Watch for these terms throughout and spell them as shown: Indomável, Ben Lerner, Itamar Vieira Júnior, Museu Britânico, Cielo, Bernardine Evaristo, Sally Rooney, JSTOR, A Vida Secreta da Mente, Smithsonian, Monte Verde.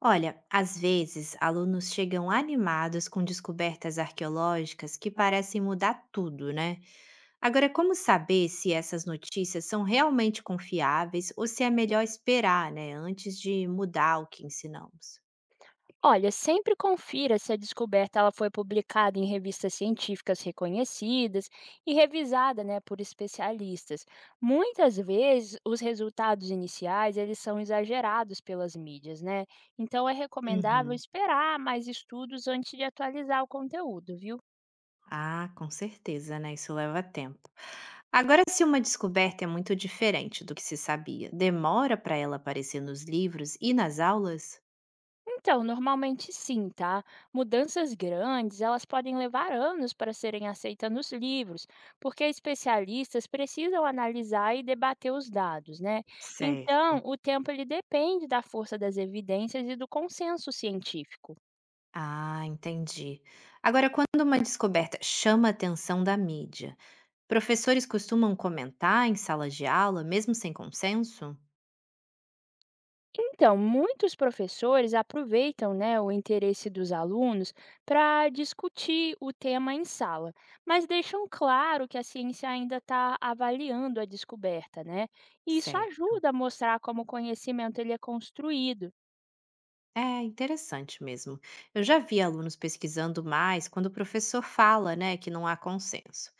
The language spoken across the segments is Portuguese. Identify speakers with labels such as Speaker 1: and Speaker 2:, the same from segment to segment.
Speaker 1: Olha, às vezes, alunos chegam animados com descobertas arqueológicas que parecem mudar tudo, né? Agora, como saber se essas notícias são realmente confiáveis ou se é melhor esperar, né, antes de mudar o que ensinamos?
Speaker 2: Olha, sempre confira se a descoberta ela foi publicada em revistas científicas reconhecidas e revisada, né, por especialistas. Muitas vezes, os resultados iniciais eles são exagerados pelas mídias, né? Então é recomendável
Speaker 1: Uhum.
Speaker 2: esperar mais estudos antes de atualizar o conteúdo, viu?
Speaker 1: Ah, com certeza, né? Isso leva tempo. Agora, se uma descoberta é muito diferente do que se sabia, demora para ela aparecer nos livros e nas aulas?
Speaker 2: Então, normalmente sim, tá? Mudanças grandes, elas podem levar anos para serem aceitas nos livros, porque especialistas precisam analisar e debater os dados, né? Então,
Speaker 1: Certo.
Speaker 2: o tempo ele depende da força das evidências e do consenso científico.
Speaker 1: Ah, entendi. Agora, quando uma descoberta chama a atenção da mídia, professores costumam comentar em sala de aula, mesmo sem consenso?
Speaker 2: Então, muitos professores aproveitam, né, o interesse dos alunos para discutir o tema em sala, mas deixam claro que a ciência ainda está avaliando a descoberta, né? E isso
Speaker 1: Certo.
Speaker 2: ajuda a mostrar como o conhecimento ele é construído.
Speaker 1: É interessante mesmo. Eu já vi alunos pesquisando mais quando o professor fala, né, que não há consenso.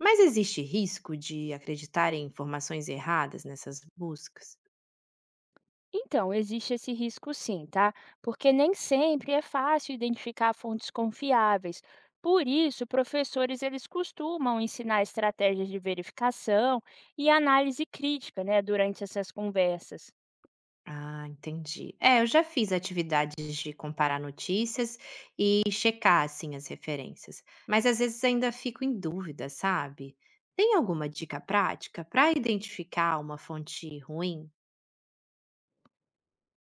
Speaker 1: Mas existe risco de acreditar em informações erradas nessas buscas?
Speaker 2: Então, existe esse risco sim, tá? Porque nem sempre é fácil identificar fontes confiáveis. Por isso, professores eles costumam ensinar estratégias de verificação e análise crítica, né, durante essas conversas.
Speaker 1: Ah, entendi. É, eu já fiz atividades de comparar notícias e checar, assim, as referências, mas às vezes ainda fico em dúvida, sabe? Tem alguma dica prática para identificar uma fonte ruim?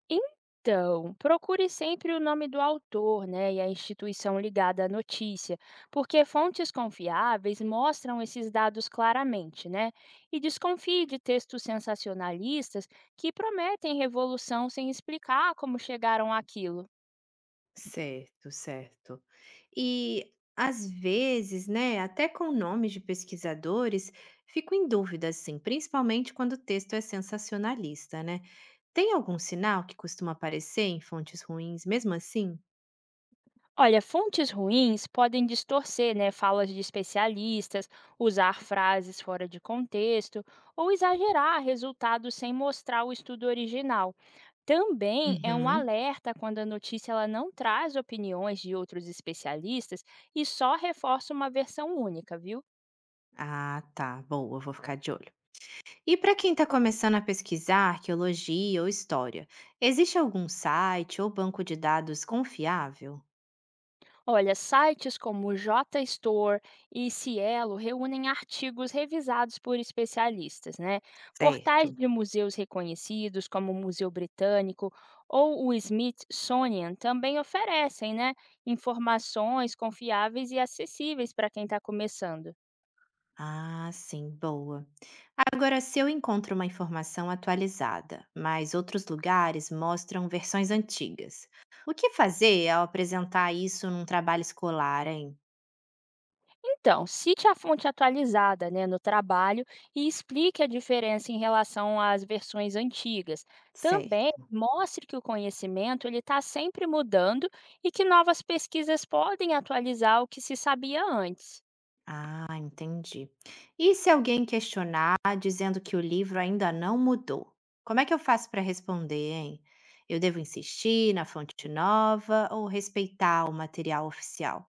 Speaker 2: Então, procure sempre o nome do autor, né, e a instituição ligada à notícia, porque fontes confiáveis mostram esses dados claramente, né? E desconfie de textos sensacionalistas que prometem revolução sem explicar como chegaram àquilo.
Speaker 1: Certo, certo. E às vezes, né, até com nomes de pesquisadores, fico em dúvida, assim, principalmente quando o texto é sensacionalista, né? Tem algum sinal que costuma aparecer em fontes ruins, mesmo assim?
Speaker 2: Olha, fontes ruins podem distorcer, né, falas de especialistas, usar frases fora de contexto ou exagerar resultados sem mostrar o estudo original. Também é um
Speaker 1: Uhum.
Speaker 2: alerta quando a notícia ela não traz opiniões de outros especialistas e só reforça uma versão única, viu?
Speaker 1: Ah, tá. Boa, vou ficar de olho. E para quem está começando a pesquisar arqueologia ou história, existe algum site ou banco de dados confiável?
Speaker 2: Olha, sites como o JSTOR e Cielo reúnem artigos revisados por especialistas, né? Portais
Speaker 1: Certo.
Speaker 2: de museus reconhecidos, como o Museu Britânico ou o Smithsonian, também oferecem, né, informações confiáveis e acessíveis para quem está começando.
Speaker 1: Ah, sim, boa. Agora, se eu encontro uma informação atualizada, mas outros lugares mostram versões antigas, o que fazer ao apresentar isso num trabalho escolar, hein?
Speaker 2: Então, cite a fonte atualizada, né, no trabalho e explique a diferença em relação às versões antigas. Também
Speaker 1: Certo.
Speaker 2: mostre que o conhecimento ele está sempre mudando e que novas pesquisas podem atualizar o que se sabia antes.
Speaker 1: Ah, entendi. E se alguém questionar dizendo que o livro ainda não mudou? Como é que eu faço para responder, hein? Eu devo insistir na fonte nova ou respeitar o material oficial?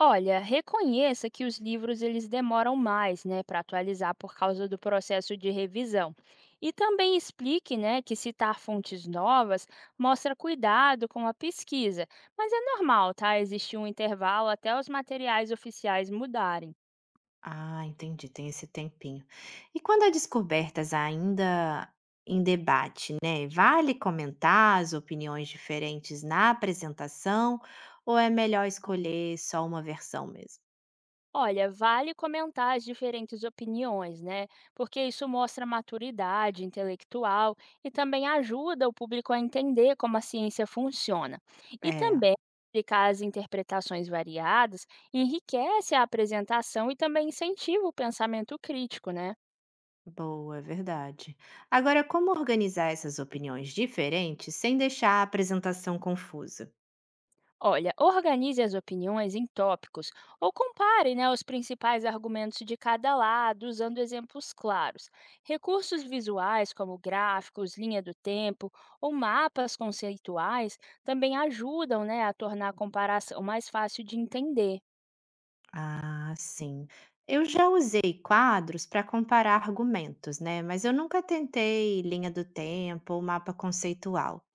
Speaker 2: Olha, reconheça que os livros eles demoram mais, né, para atualizar por causa do processo de revisão. E também explique, né, que citar fontes novas mostra cuidado com a pesquisa, mas é normal, tá? Existir um intervalo até os materiais oficiais mudarem.
Speaker 1: Ah, entendi, tem esse tempinho. E quando há descobertas ainda em debate, né? Vale comentar as opiniões diferentes na apresentação ou é melhor escolher só uma versão mesmo?
Speaker 2: Olha, vale comentar as diferentes opiniões, né? Porque isso mostra maturidade intelectual e também ajuda o público a entender como a ciência funciona. E
Speaker 1: É.
Speaker 2: também explicar as interpretações variadas enriquece a apresentação e também incentiva o pensamento crítico, né?
Speaker 1: Boa, verdade. Agora, como organizar essas opiniões diferentes sem deixar a apresentação confusa?
Speaker 2: Olha, organize as opiniões em tópicos ou compare né, os principais argumentos de cada lado usando exemplos claros. Recursos visuais, como gráficos, linha do tempo ou mapas conceituais, também ajudam né, a tornar a comparação mais fácil de entender.
Speaker 1: Ah, sim. Eu já usei quadros para comparar argumentos, né? Mas eu nunca tentei linha do tempo ou mapa conceitual.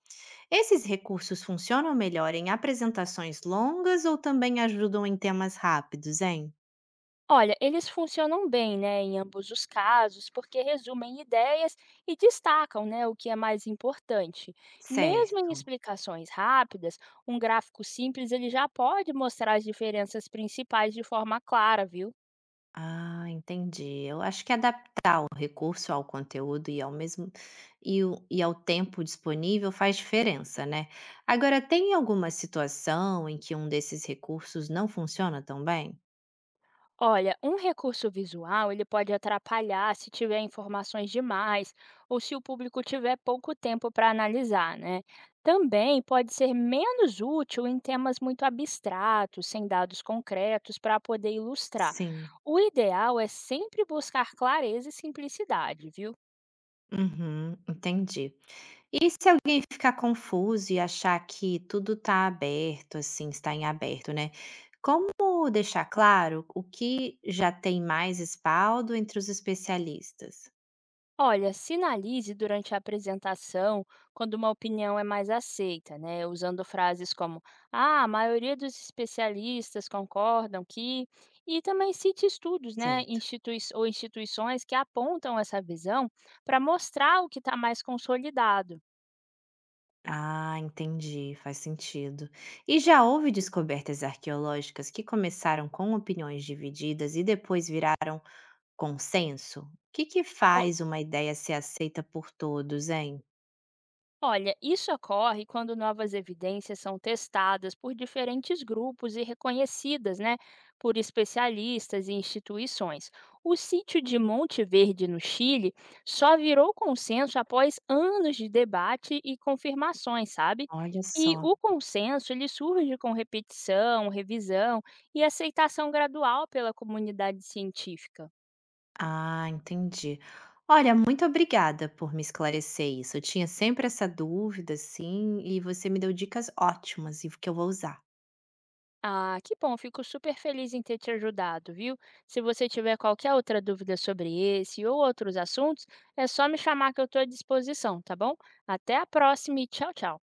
Speaker 1: Esses recursos funcionam melhor em apresentações longas ou também ajudam em temas rápidos, hein?
Speaker 2: Olha, eles funcionam bem, né, em ambos os casos, porque resumem ideias e destacam, né, o que é mais importante. Mesmo em
Speaker 1: Certo.
Speaker 2: explicações rápidas, um gráfico simples ele já pode mostrar as diferenças principais de forma clara, viu?
Speaker 1: Ah, entendi. Eu acho que é adaptar o recurso ao conteúdo e ao mesmo e ao tempo disponível faz diferença, né? Agora, tem alguma situação em que um desses recursos não funciona tão bem?
Speaker 2: Olha, um recurso visual ele pode atrapalhar se tiver informações demais ou se o público tiver pouco tempo para analisar, né? Também pode ser menos útil em temas muito abstratos, sem dados concretos para poder ilustrar.
Speaker 1: Sim.
Speaker 2: O ideal é sempre buscar clareza e simplicidade, viu?
Speaker 1: Uhum, entendi. E se alguém ficar confuso e achar que tudo está aberto, assim, está em aberto, né? Como deixar claro o que já tem mais respaldo entre os especialistas?
Speaker 2: Olha, sinalize durante a apresentação quando uma opinião é mais aceita, né? Usando frases como: "Ah, a maioria dos especialistas concordam que", e também cite estudos, né,
Speaker 1: Certo.
Speaker 2: institui ou instituições que apontam essa visão para mostrar o que está mais consolidado.
Speaker 1: Ah, entendi, faz sentido. E já houve descobertas arqueológicas que começaram com opiniões divididas e depois viraram consenso? O que que faz uma ideia ser aceita por todos, hein?
Speaker 2: Olha, isso ocorre quando novas evidências são testadas por diferentes grupos e reconhecidas, né, por especialistas e instituições. O sítio de Monte Verde, no Chile, só virou consenso após anos de debate e confirmações, sabe?
Speaker 1: Olha
Speaker 2: E
Speaker 1: só.
Speaker 2: o consenso ele surge com repetição, revisão e aceitação gradual pela comunidade científica.
Speaker 1: Ah, entendi. Olha, muito obrigada por me esclarecer isso. Eu tinha sempre essa dúvida, assim, e você me deu dicas ótimas e que eu vou usar.
Speaker 2: Ah, que bom, fico super feliz em ter te ajudado, viu? Se você tiver qualquer outra dúvida sobre esse ou outros assuntos, é só me chamar que eu estou à disposição, tá bom? Até a próxima e tchau, tchau.